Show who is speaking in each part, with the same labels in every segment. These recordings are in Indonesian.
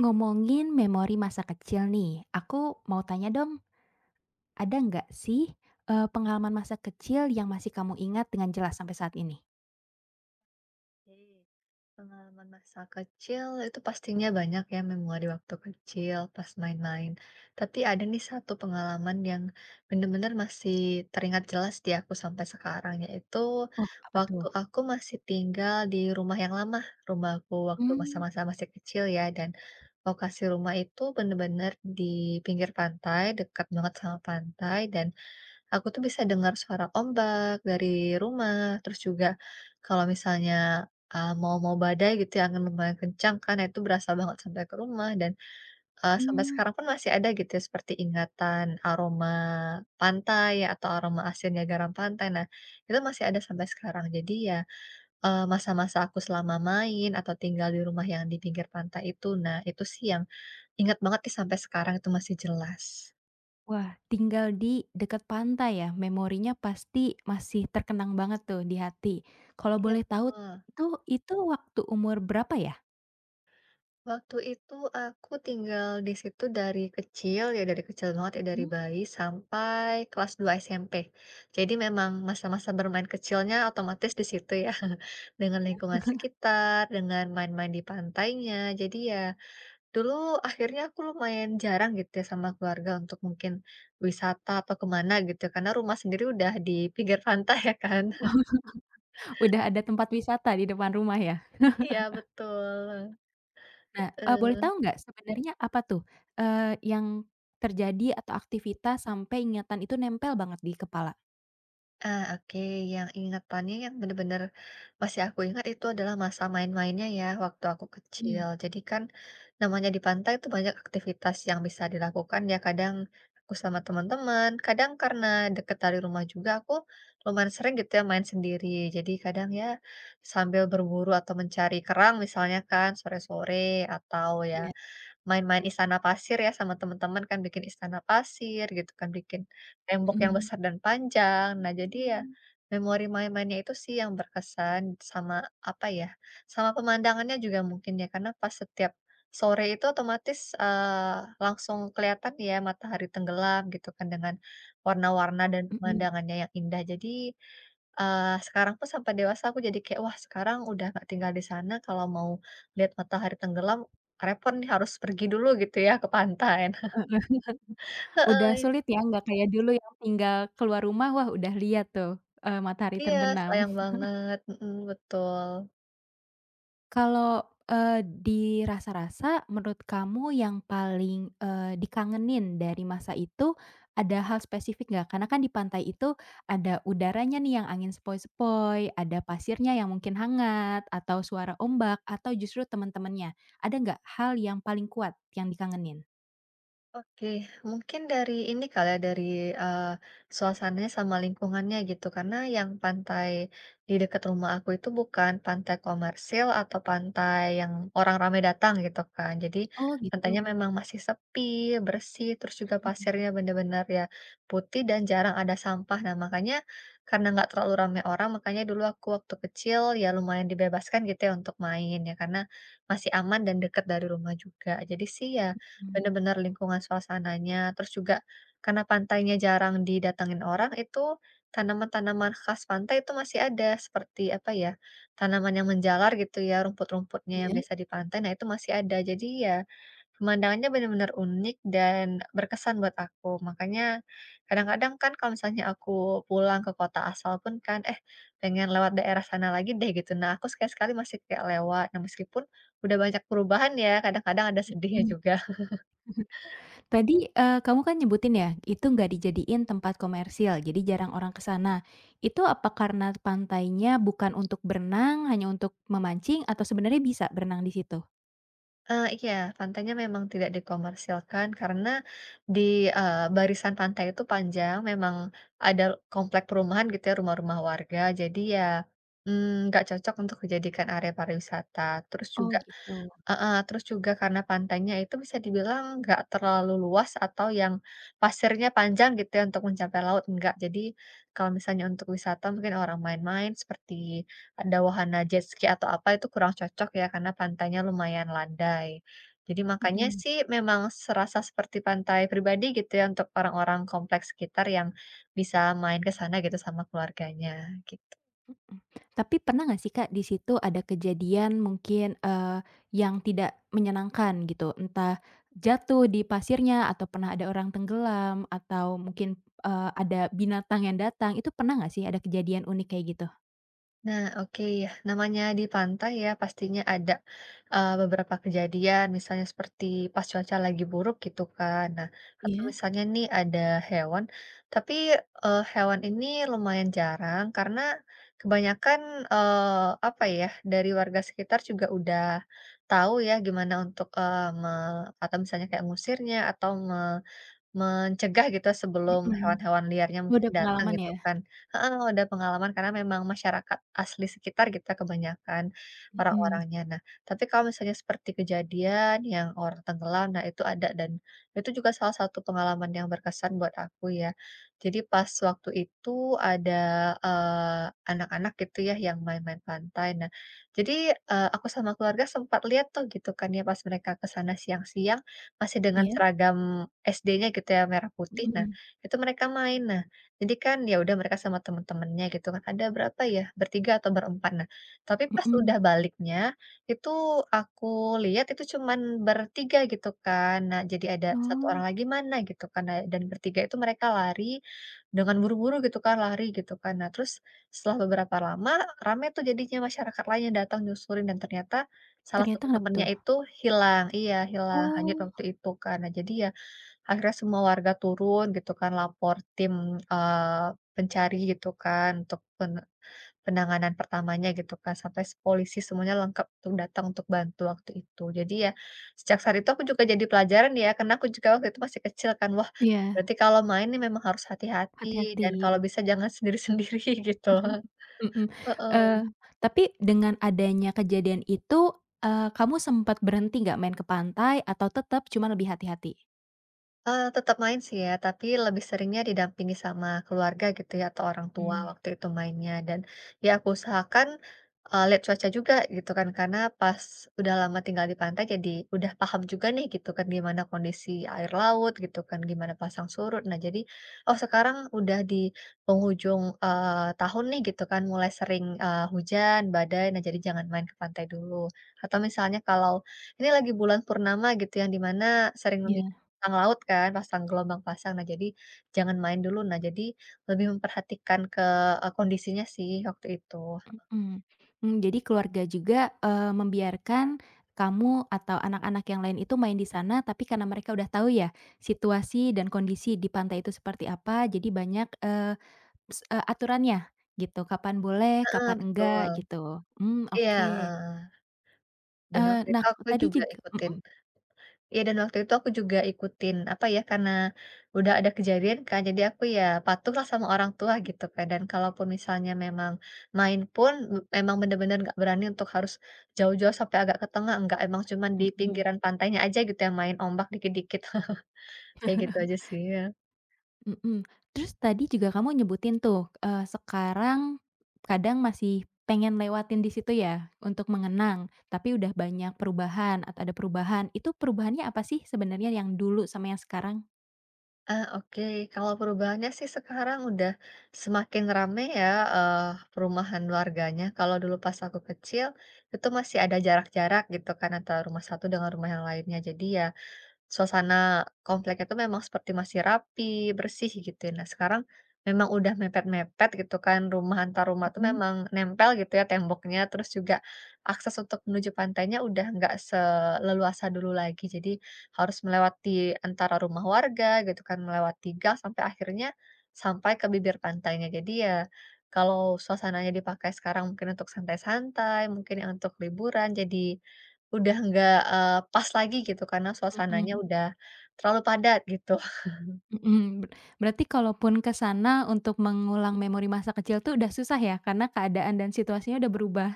Speaker 1: Ngomongin memori masa kecil nih, aku mau tanya dong, ada nggak sih, pengalaman masa kecil yang masih kamu ingat dengan jelas sampai saat ini?
Speaker 2: Oke, pengalaman masa kecil itu pastinya banyak ya memori waktu kecil pas main-main. Tapi ada nih satu pengalaman yang bener-bener masih teringat jelas di aku sampai sekarang, yaitu
Speaker 1: Oh, apa tuh?
Speaker 2: waktu aku masih tinggal di rumah yang lama, rumahku waktu
Speaker 1: Hmm.
Speaker 2: masa-masa masih kecil ya, dan lokasi rumah itu bener-bener di pinggir pantai, dekat banget sama pantai, dan aku tuh bisa dengar suara ombak dari rumah, terus juga kalau misalnya, eee, mau mau badai gitu ya, angin lumayan kencang kan, nah itu berasa banget sampai ke rumah dan, sampai
Speaker 1: Mmm.
Speaker 2: sekarang pun masih ada gitu ya seperti ingatan aroma pantai ya, atau aroma asinnya garam pantai. Nah, itu masih ada sampai sekarang. Jadi ya, masa-masa aku selama main atau tinggal di rumah yang di pinggir pantai itu, nah itu sih yang ingat banget sih sampai sekarang itu masih jelas.
Speaker 1: Wah, tinggal di dekat pantai ya, memorinya pasti masih terkenang banget tuh di hati. Kalau
Speaker 2: Iya,
Speaker 1: boleh tahu
Speaker 2: betul.
Speaker 1: tuh, itu waktu umur berapa ya?
Speaker 2: Waktu itu aku tinggal di situ dari kecil, ya dari kecil banget ya, dari
Speaker 1: Mhm.
Speaker 2: bayi sampai kelas 2 SMP. Jadi memang masa-masa bermain kecilnya otomatis di situ ya, dengan
Speaker 1: Iya.
Speaker 2: lingkungan sekitar, dengan main-main di pantainya. Jadi ya dulu akhirnya aku lumayan jarang gitu ya sama keluarga untuk mungkin wisata atau kemana gitu, karena rumah sendiri udah di pinggir pantai ya kan.
Speaker 1: Udah ada tempat wisata di depan rumah ya?
Speaker 2: Iya, betul.
Speaker 1: Nah, boleh
Speaker 2: Heeh.
Speaker 1: tahu nggak sebenarnya apa tuh, eee, yang terjadi atau aktivitas sampai ingatan itu nempel banget di kepala?
Speaker 2: Ah, oke, yang ingatannya yang bener-bener masih aku ingat itu adalah masa main-mainnya ya, waktu aku
Speaker 1: Mmm,
Speaker 2: kecil. Jadi kan namanya di pantai itu banyak aktivitas yang bisa dilakukan ya, kadang aku sama teman-teman, kadang karena deket dari rumah juga aku lumayan sering gitu ya main sendiri. Jadi kadang ya sambil berburu atau mencari kerang misalnya kan sore-sore atau ya
Speaker 1: iya,
Speaker 2: main-main istana pasir ya sama teman-teman kan, bikin istana pasir gitu kan, bikin tembok yang
Speaker 1: mhm
Speaker 2: besar dan panjang. Nah, jadi ya memori main-mainnya itu sih yang berkesan sama apa ya, sama pemandangannya juga mungkin ya, karena pas setiap sore itu otomatis, langsung kelihatan ya matahari tenggelam gitu kan dengan warna-warna dan
Speaker 1: mhm.
Speaker 2: pemandangannya yang indah. Jadi, sekarang pun sampai dewasa aku jadi kayak, "Wah, sekarang udah nggak tinggal di sana, kalau mau lihat matahari tenggelam repot nih harus pergi dulu gitu ya ke pantai."
Speaker 1: Udah
Speaker 2: Heeh,
Speaker 1: sulit ya, nggak kayak dulu yang tinggal keluar rumah, wah udah lihat tuh, matahari
Speaker 2: iya
Speaker 1: terbenam.
Speaker 2: sayang banget, mhm, betul.
Speaker 1: Kalau, eee, di rasa-rasa menurut kamu yang paling, dikangenin dari masa itu ada hal spesifik nggak? Karena kan di pantai itu ada udaranya nih yang angin sepoi-sepoi, ada pasirnya yang mungkin hangat, atau suara ombak, atau justru teman-temannya. Ada nggak hal yang paling kuat yang dikangenin?
Speaker 2: Oke, mungkin dari ini kali ya, dari, eee, suasananya sama lingkungannya gitu, karena yang pantai di dekat rumah aku itu bukan pantai komersil atau pantai yang orang ramai datang gitu kan. Jadi
Speaker 1: Oh
Speaker 2: pantainya
Speaker 1: gitu,
Speaker 2: memang masih sepi, bersih, terus juga
Speaker 1: mhm
Speaker 2: pasirnya benar-benar ya putih dan jarang ada sampah. Nah makanya karena nggak terlalu ramai orang, makanya dulu aku waktu kecil ya lumayan dibebaskan gitu ya untuk main ya, karena masih aman dan dekat dari rumah juga. Jadi sih ya.
Speaker 1: mhm,
Speaker 2: Bener-bener lingkungan suasananya, terus juga karena pantainya jarang didatengin orang itu, tanaman-tanaman khas pantai itu masih ada seperti apa ya, tanaman yang menjalar gitu ya, rumput-rumputnya yang
Speaker 1: iya,
Speaker 2: biasa di pantai, nah itu masih ada. Jadi ya pemandangannya benar-benar unik dan berkesan buat aku. Makanya kadang-kadang kan kalau misalnya aku pulang ke kota asal pun kan, "Eh, pengen lewat daerah sana lagi deh," gitu. Nah aku sekali-sekali masih kayak lewat. Nah meskipun udah banyak perubahan ya, kadang-kadang ada sedihnya
Speaker 1: mhm.
Speaker 2: juga.
Speaker 1: Tadi, kamu kan nyebutin ya, itu nggak dijadiin tempat komersil, jadi jarang orang ke sana. Itu apa karena pantainya bukan untuk berenang, hanya untuk memancing, atau sebenarnya bisa berenang di situ?
Speaker 2: Iya, pantainya memang tidak dikomersilkan karena di, barisan pantai itu panjang, memang ada komplek perumahan gitu ya, rumah-rumah warga, jadi ya, nggak cocok untuk dijadikan area pariwisata. Terus
Speaker 1: Oh
Speaker 2: juga.
Speaker 1: gitu,
Speaker 2: Heeh, terus juga karena pantainya itu bisa dibilang nggak terlalu luas atau yang pasirnya panjang gitu ya untuk mencapai laut, enggak. Jadi kalau misalnya untuk wisata mungkin orang main-main seperti ada wahana jet ski atau apa itu kurang cocok ya karena pantainya lumayan landai. Jadi makanya
Speaker 1: mhm
Speaker 2: sih memang serasa seperti pantai pribadi gitu ya untuk orang-orang kompleks sekitar yang bisa main ke sana gitu sama keluarganya.
Speaker 1: mhm. Tapi pernah nggak sih, Kak, di situ ada kejadian mungkin, yang tidak menyenangkan gitu? Entah jatuh di pasirnya, atau pernah ada orang tenggelam, atau mungkin, ada binatang yang datang, itu pernah nggak sih ada kejadian unik kayak gitu?
Speaker 2: Nah, oke ya. Namanya di pantai ya, pastinya ada beberapa kejadian, misalnya seperti pas cuaca lagi buruk gitu kan. Nah, atau
Speaker 1: Iya?
Speaker 2: misalnya nih ada hewan, tapi, hewan ini lumayan jarang karena kebanyakan, apa ya, dari warga sekitar juga udah tahu ya gimana untuk, eee, me atau misalnya kayak ngusirnya atau mencegah gitu sebelum
Speaker 1: Mhm.
Speaker 2: hewan-hewan liarnya
Speaker 1: Oh,
Speaker 2: mungkin
Speaker 1: udah
Speaker 2: datang
Speaker 1: pengalaman
Speaker 2: gitu
Speaker 1: ya?
Speaker 2: kan. Heeh, udah pengalaman karena memang masyarakat asli sekitar kita kebanyakan
Speaker 1: Mhm,
Speaker 2: orang-orangnya. Nah, tapi kalau misalnya seperti kejadian yang orang tenggelam, nah itu ada dan itu juga salah satu pengalaman yang berkesan buat aku ya. Jadi pas waktu itu ada, eee, anak-anak gitu ya yang main-main pantai. Nah, jadi, aku sama keluarga sempat lihat tuh gitu kan ya pas mereka ke sana siang-siang masih dengan
Speaker 1: iya?
Speaker 2: seragam SD-nya gitu ya, merah putih. Nah,
Speaker 1: Mhm
Speaker 2: itu mereka main. Nah, jadi kan ya udah mereka sama temen-temennya gitu kan, ada berapa ya, bertiga atau berempat. Nah, tapi pas udah
Speaker 1: mhm.
Speaker 2: baliknya, itu aku lihat itu cuman bertiga gitu kan. Nah, jadi ada satu orang
Speaker 1: Oh,
Speaker 2: lagi mana gitu kan. Nah, dan bertiga itu mereka lari dengan buru-buru gitu kan, lari gitu kan. Nah, terus setelah beberapa lama, rame tuh jadinya masyarakat lainnya datang nyusurin dan ternyata salah
Speaker 1: ternyata
Speaker 2: satu
Speaker 1: kenapa
Speaker 2: temennya
Speaker 1: tuh?
Speaker 2: itu hilang. Iya, hilang, hanyut
Speaker 1: Oh,
Speaker 2: waktu itu kan. Nah, jadi ya akhirnya semua warga turun gitu kan, lapor tim, eee, pencari gitu kan, untuk penanganan pertamanya gitu kan, sampai polisi semuanya lengkap untuk datang untuk bantu waktu itu. Jadi ya sejak saat itu aku juga jadi pelajaran ya, karena aku juga waktu itu masih kecil kan, wah
Speaker 1: iya,
Speaker 2: berarti kalau main nih memang harus hati-hati dan
Speaker 1: hati-hati.
Speaker 2: kalau bisa jangan sendiri-sendiri gitu.
Speaker 1: Mhm, eee,
Speaker 2: Heeh.
Speaker 1: tapi dengan adanya kejadian itu, kamu sempat berhenti nggak main ke pantai atau tetap cuma lebih hati-hati?
Speaker 2: Tetap main sih ya, tapi lebih seringnya didampingi sama keluarga gitu ya, atau orang tua
Speaker 1: Mmm,
Speaker 2: waktu itu mainnya. Dan ya aku usahakan, lihat cuaca juga gitu kan, karena pas udah lama tinggal di pantai jadi udah paham juga nih gitu kan, gimana kondisi air laut gitu kan, gimana pasang surut. Nah jadi, oh sekarang udah di penghujung, tahun nih gitu kan, mulai sering, hujan, badai, nah jadi jangan main ke pantai dulu. Atau misalnya kalau ini lagi bulan purnama gitu yang dimana sering
Speaker 1: iya.
Speaker 2: pasang laut kan, pasang gelombang pasang. Nah, jadi jangan main dulu. Nah, jadi lebih memperhatikan ke, kondisinya sih waktu itu.
Speaker 1: Mhm, mmm, jadi keluarga juga, membiarkan kamu atau anak-anak yang lain itu main di sana, tapi karena mereka udah tahu ya situasi dan kondisi di pantai itu seperti apa, jadi banyak, S aturannya gitu, kapan boleh,
Speaker 2: Heeh,
Speaker 1: kapan enggak
Speaker 2: betul.
Speaker 1: gitu. Mmm,
Speaker 2: Iya,
Speaker 1: oke.
Speaker 2: heeh. Dan
Speaker 1: Eee,
Speaker 2: waktu itu
Speaker 1: nah
Speaker 2: aku
Speaker 1: tadi
Speaker 2: juga
Speaker 1: juga
Speaker 2: ikutin,
Speaker 1: mhm
Speaker 2: iya, dan waktu itu aku juga ikutin, apa ya, karena udah ada kejadian kan, jadi aku ya patuhlah sama orang tua gitu kan. Dan kalaupun misalnya memang main pun, emang bener-bener nggak berani untuk harus jauh-jauh sampai agak ke tengah, enggak, emang cuman di
Speaker 1: mhm.
Speaker 2: pinggiran pantainya aja gitu yang main ombak dikit-dikit. Kayak gitu aja sih, ya.
Speaker 1: Mhm. Terus tadi juga kamu nyebutin tuh, sekarang kadang masih pengen lewatin di situ ya untuk mengenang, tapi udah banyak perubahan atau ada perubahan. Itu perubahannya apa sih sebenarnya yang dulu sama yang sekarang?
Speaker 2: Ah, oke. Kalau perubahannya sih sekarang udah semakin rame ya, perumahan warganya. Kalau dulu pas aku kecil, itu masih ada jarak-jarak gitu kan antara rumah satu dengan rumah yang lainnya. Jadi ya, suasana kompleknya itu memang seperti masih rapi, bersih gitu ya. Nah, sekarang memang udah mepet-mepet gitu kan, rumah antar rumah tuh
Speaker 1: Mhm.
Speaker 2: memang nempel gitu ya temboknya, terus juga akses untuk menuju pantainya udah nggak seleluasa dulu lagi. Jadi harus melewati antara rumah warga gitu kan, melewati gang sampai akhirnya sampai ke bibir pantainya. Jadi ya kalau suasananya dipakai sekarang mungkin untuk santai-santai, mungkin yang untuk liburan jadi udah nggak, pas lagi gitu karena suasananya
Speaker 1: Mhm
Speaker 2: udah terlalu padat gitu.
Speaker 1: mhm. Berarti kalaupun ke sana untuk mengulang memori masa kecil tuh udah susah ya karena keadaan dan situasinya udah berubah?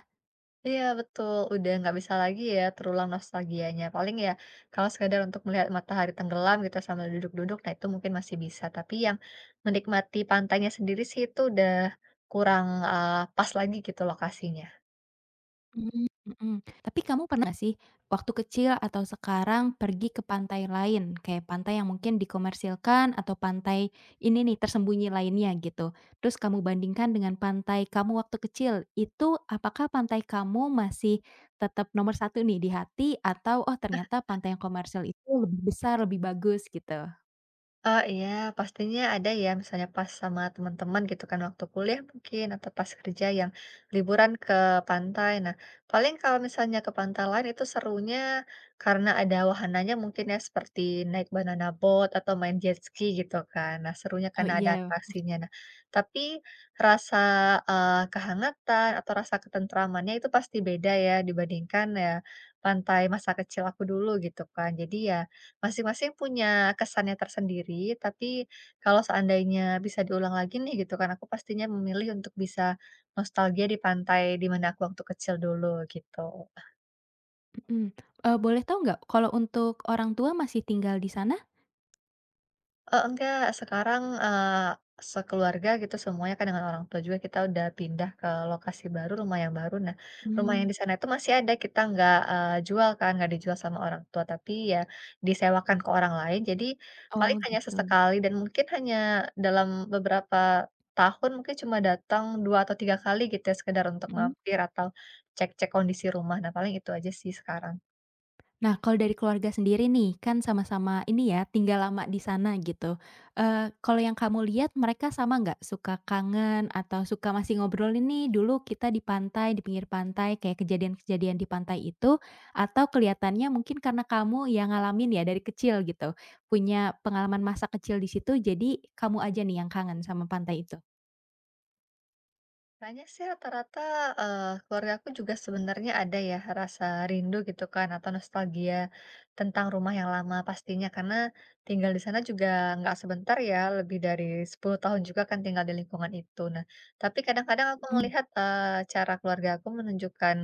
Speaker 2: Iya betul, udah nggak bisa lagi ya terulang nostalgianya. Paling ya kalau sekedar untuk melihat matahari tenggelam gitu sambil duduk-duduk, nah itu mungkin masih bisa. Tapi yang menikmati pantainya sendiri sih itu udah kurang, pas lagi gitu lokasinya.
Speaker 1: Mmm, mhm. Tapi kamu pernah nggak sih, waktu kecil atau sekarang pergi ke pantai lain, kayak pantai yang mungkin dikomersilkan atau pantai ini nih tersembunyi lainnya gitu, terus kamu bandingkan dengan pantai kamu waktu kecil, itu apakah pantai kamu masih tetap nomor satu nih di hati atau, "Oh ternyata pantai yang komersil itu lebih besar, lebih bagus," gitu?
Speaker 2: Oh, iya, pastinya ada ya, misalnya pas sama teman-teman gitu kan waktu kuliah mungkin atau pas kerja yang liburan ke pantai. Nah, paling kalau misalnya ke pantai lain itu serunya karena ada wahananya mungkin ya seperti naik banana boat atau main jet ski gitu kan. Nah, serunya
Speaker 1: Oh
Speaker 2: karena ada
Speaker 1: iya,
Speaker 2: atraksinya. Nah, tapi rasa kehangatan atau rasa ketentramannya itu pasti beda ya dibandingkan ya pantai masa kecil aku dulu gitu kan. Jadi ya masing-masing punya kesannya tersendiri, tapi kalau seandainya bisa diulang lagi nih gitu kan, aku pastinya memilih untuk bisa nostalgia di pantai di mana aku waktu kecil dulu, gitu.
Speaker 1: mhm. Eee, boleh tahu nggak kalau untuk orang tua masih tinggal di sana?
Speaker 2: Enggak, sekarang, sekeluarga gitu semuanya kan dengan orang tua juga kita udah pindah ke lokasi baru, rumah yang baru. Nah, rumah yang
Speaker 1: Mmm,
Speaker 2: di sana itu masih ada, kita nggak, jual kan, nggak dijual sama orang tua, tapi ya disewakan ke orang lain. Jadi
Speaker 1: oh
Speaker 2: paling hanya
Speaker 1: gitu,
Speaker 2: sesekali dan mungkin hanya dalam beberapa tahun mungkin cuma datang 2 atau 3 kali gitu ya, sekedar untuk
Speaker 1: mhm.
Speaker 2: mampir atau cek-cek kondisi rumah. Nah, paling itu aja sih sekarang.
Speaker 1: Nah, kalau dari keluarga sendiri nih, kan sama-sama ini ya, tinggal lama di sana gitu. Eee, kalau yang kamu lihat mereka sama nggak? Suka kangen atau suka masih ngobrol ini "Dulu kita di pantai, di pinggir pantai," kayak kejadian-kejadian di pantai itu, atau kelihatannya mungkin karena kamu yang ngalamin ya dari kecil gitu, punya pengalaman masa kecil di situ, jadi kamu aja nih yang kangen sama pantai itu?
Speaker 2: Banyak sih rata-rata, keluarga aku juga sebenarnya ada ya rasa rindu gitu kan atau nostalgia tentang rumah yang lama pastinya, karena tinggal di sana juga nggak sebentar ya, lebih dari 10 tahun juga kan tinggal di lingkungan itu. Nah, tapi kadang-kadang aku
Speaker 1: Mhm,
Speaker 2: melihat, cara keluarga aku menunjukkan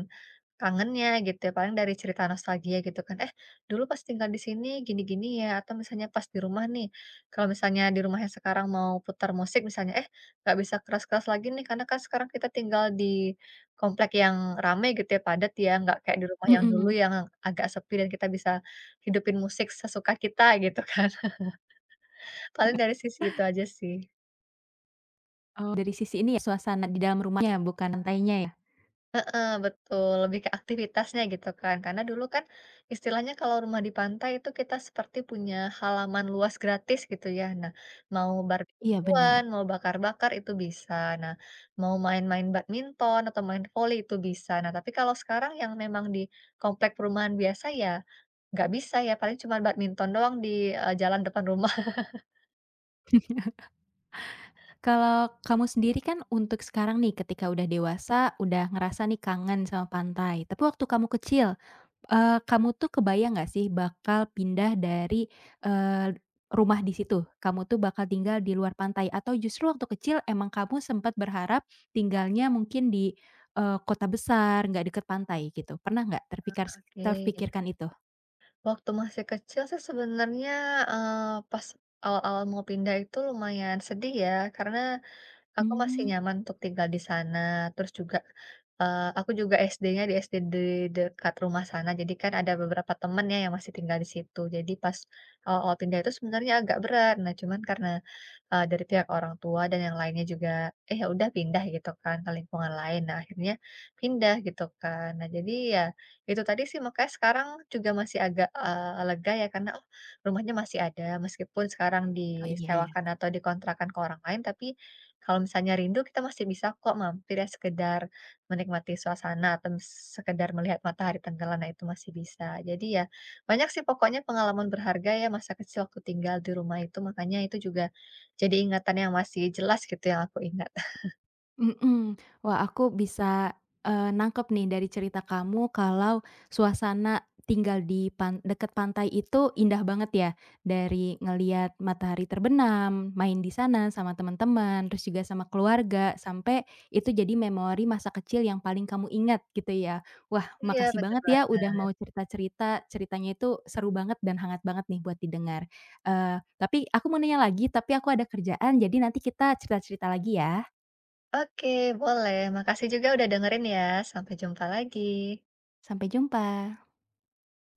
Speaker 2: kangennya gitu ya, paling dari cerita nostalgia gitu kan, "Eh, dulu pas tinggal di sini gini-gini ya," atau misalnya pas di rumah nih, kalau misalnya di rumah yang sekarang mau putar musik misalnya, "Eh, nggak bisa keras-keras lagi nih karena kan sekarang kita tinggal di komplek yang ramai gitu ya, padat ya, nggak kayak di rumah yang dulu
Speaker 1: mhm.
Speaker 2: yang agak sepi dan kita bisa hidupin musik sesuka kita gitu kan." Paling dari sisi itu aja sih.
Speaker 1: Oh, dari sisi ini ya, suasana di dalam rumahnya, bukan pantainya ya?
Speaker 2: Nah, betul, lebih ke aktivitasnya gitu kan. Karena dulu kan istilahnya kalau rumah di pantai itu kita seperti punya halaman luas gratis gitu ya. Nah, mau
Speaker 1: Iya,
Speaker 2: barbekyuan,
Speaker 1: benar.
Speaker 2: mau bakar-bakar itu bisa. Nah, mau main-main badminton atau main voli itu bisa. Nah, tapi kalau sekarang yang memang di komplek perumahan biasa ya nggak bisa ya. Paling cuma badminton doang di jalan depan rumah.
Speaker 1: Kalau kamu sendiri kan untuk sekarang nih ketika udah dewasa, udah ngerasa nih kangen sama pantai. Tapi waktu kamu kecil, kamu tuh kebayang nggak sih bakal pindah dari, eee, rumah di situ? Kamu tuh bakal tinggal di luar pantai atau justru waktu kecil emang kamu sempat berharap tinggalnya mungkin di, kota besar, nggak deket pantai gitu? Pernah nggak
Speaker 2: Oke.
Speaker 1: terpikirkan itu?
Speaker 2: Waktu masih kecil sih sebenarnya eh, pas awal-awal mau pindah itu lumayan sedih ya. Karena aku masih
Speaker 1: Mmm,
Speaker 2: nyaman untuk tinggal di sana, terus juga, aku juga SD-nya di SD di dekat rumah sana, jadi kan ada beberapa temen ya yang masih tinggal di situ. Jadi pas awal-awal pindah itu sebenarnya agak berat, nah cuman karena dari pihak orang tua dan yang lainnya juga, ya udah pindah gitu kan ke lingkungan lain. Nah, akhirnya pindah gitu kan. Nah, jadi ya itu tadi sih makanya sekarang juga masih agak, lega ya karena, oh, rumahnya masih ada meskipun sekarang
Speaker 1: oh iya ya.
Speaker 2: disewakan atau dikontrakan ke orang lain, tapi kalau misalnya rindu kita masih bisa kok mampir ya sekedar menikmati suasana atau sekedar melihat matahari tenggelam, nah itu masih bisa. Jadi ya banyak sih pokoknya pengalaman berharga ya masa kecil waktu tinggal di rumah itu, makanya itu juga jadi ingatan yang masih jelas gitu yang aku ingat.
Speaker 1: Mhm. Wah, aku bisa, nangkep nih dari cerita kamu kalau suasana tinggal di dekat pantai itu indah banget ya, dari ngelihat matahari terbenam, main di sana sama teman-teman, terus juga sama keluarga, sampai itu jadi memori masa kecil yang paling kamu ingat gitu ya. Wah,
Speaker 2: Iya
Speaker 1: makasih
Speaker 2: bener
Speaker 1: banget ya
Speaker 2: banget.
Speaker 1: udah mau cerita-cerita, ceritanya itu seru banget dan hangat banget nih buat didengar. Eee, tapi aku mau nanya lagi, tapi aku ada kerjaan, jadi nanti kita cerita-cerita lagi ya.
Speaker 2: Oke boleh, makasih juga udah dengerin ya, sampai jumpa lagi.
Speaker 1: Sampai jumpa.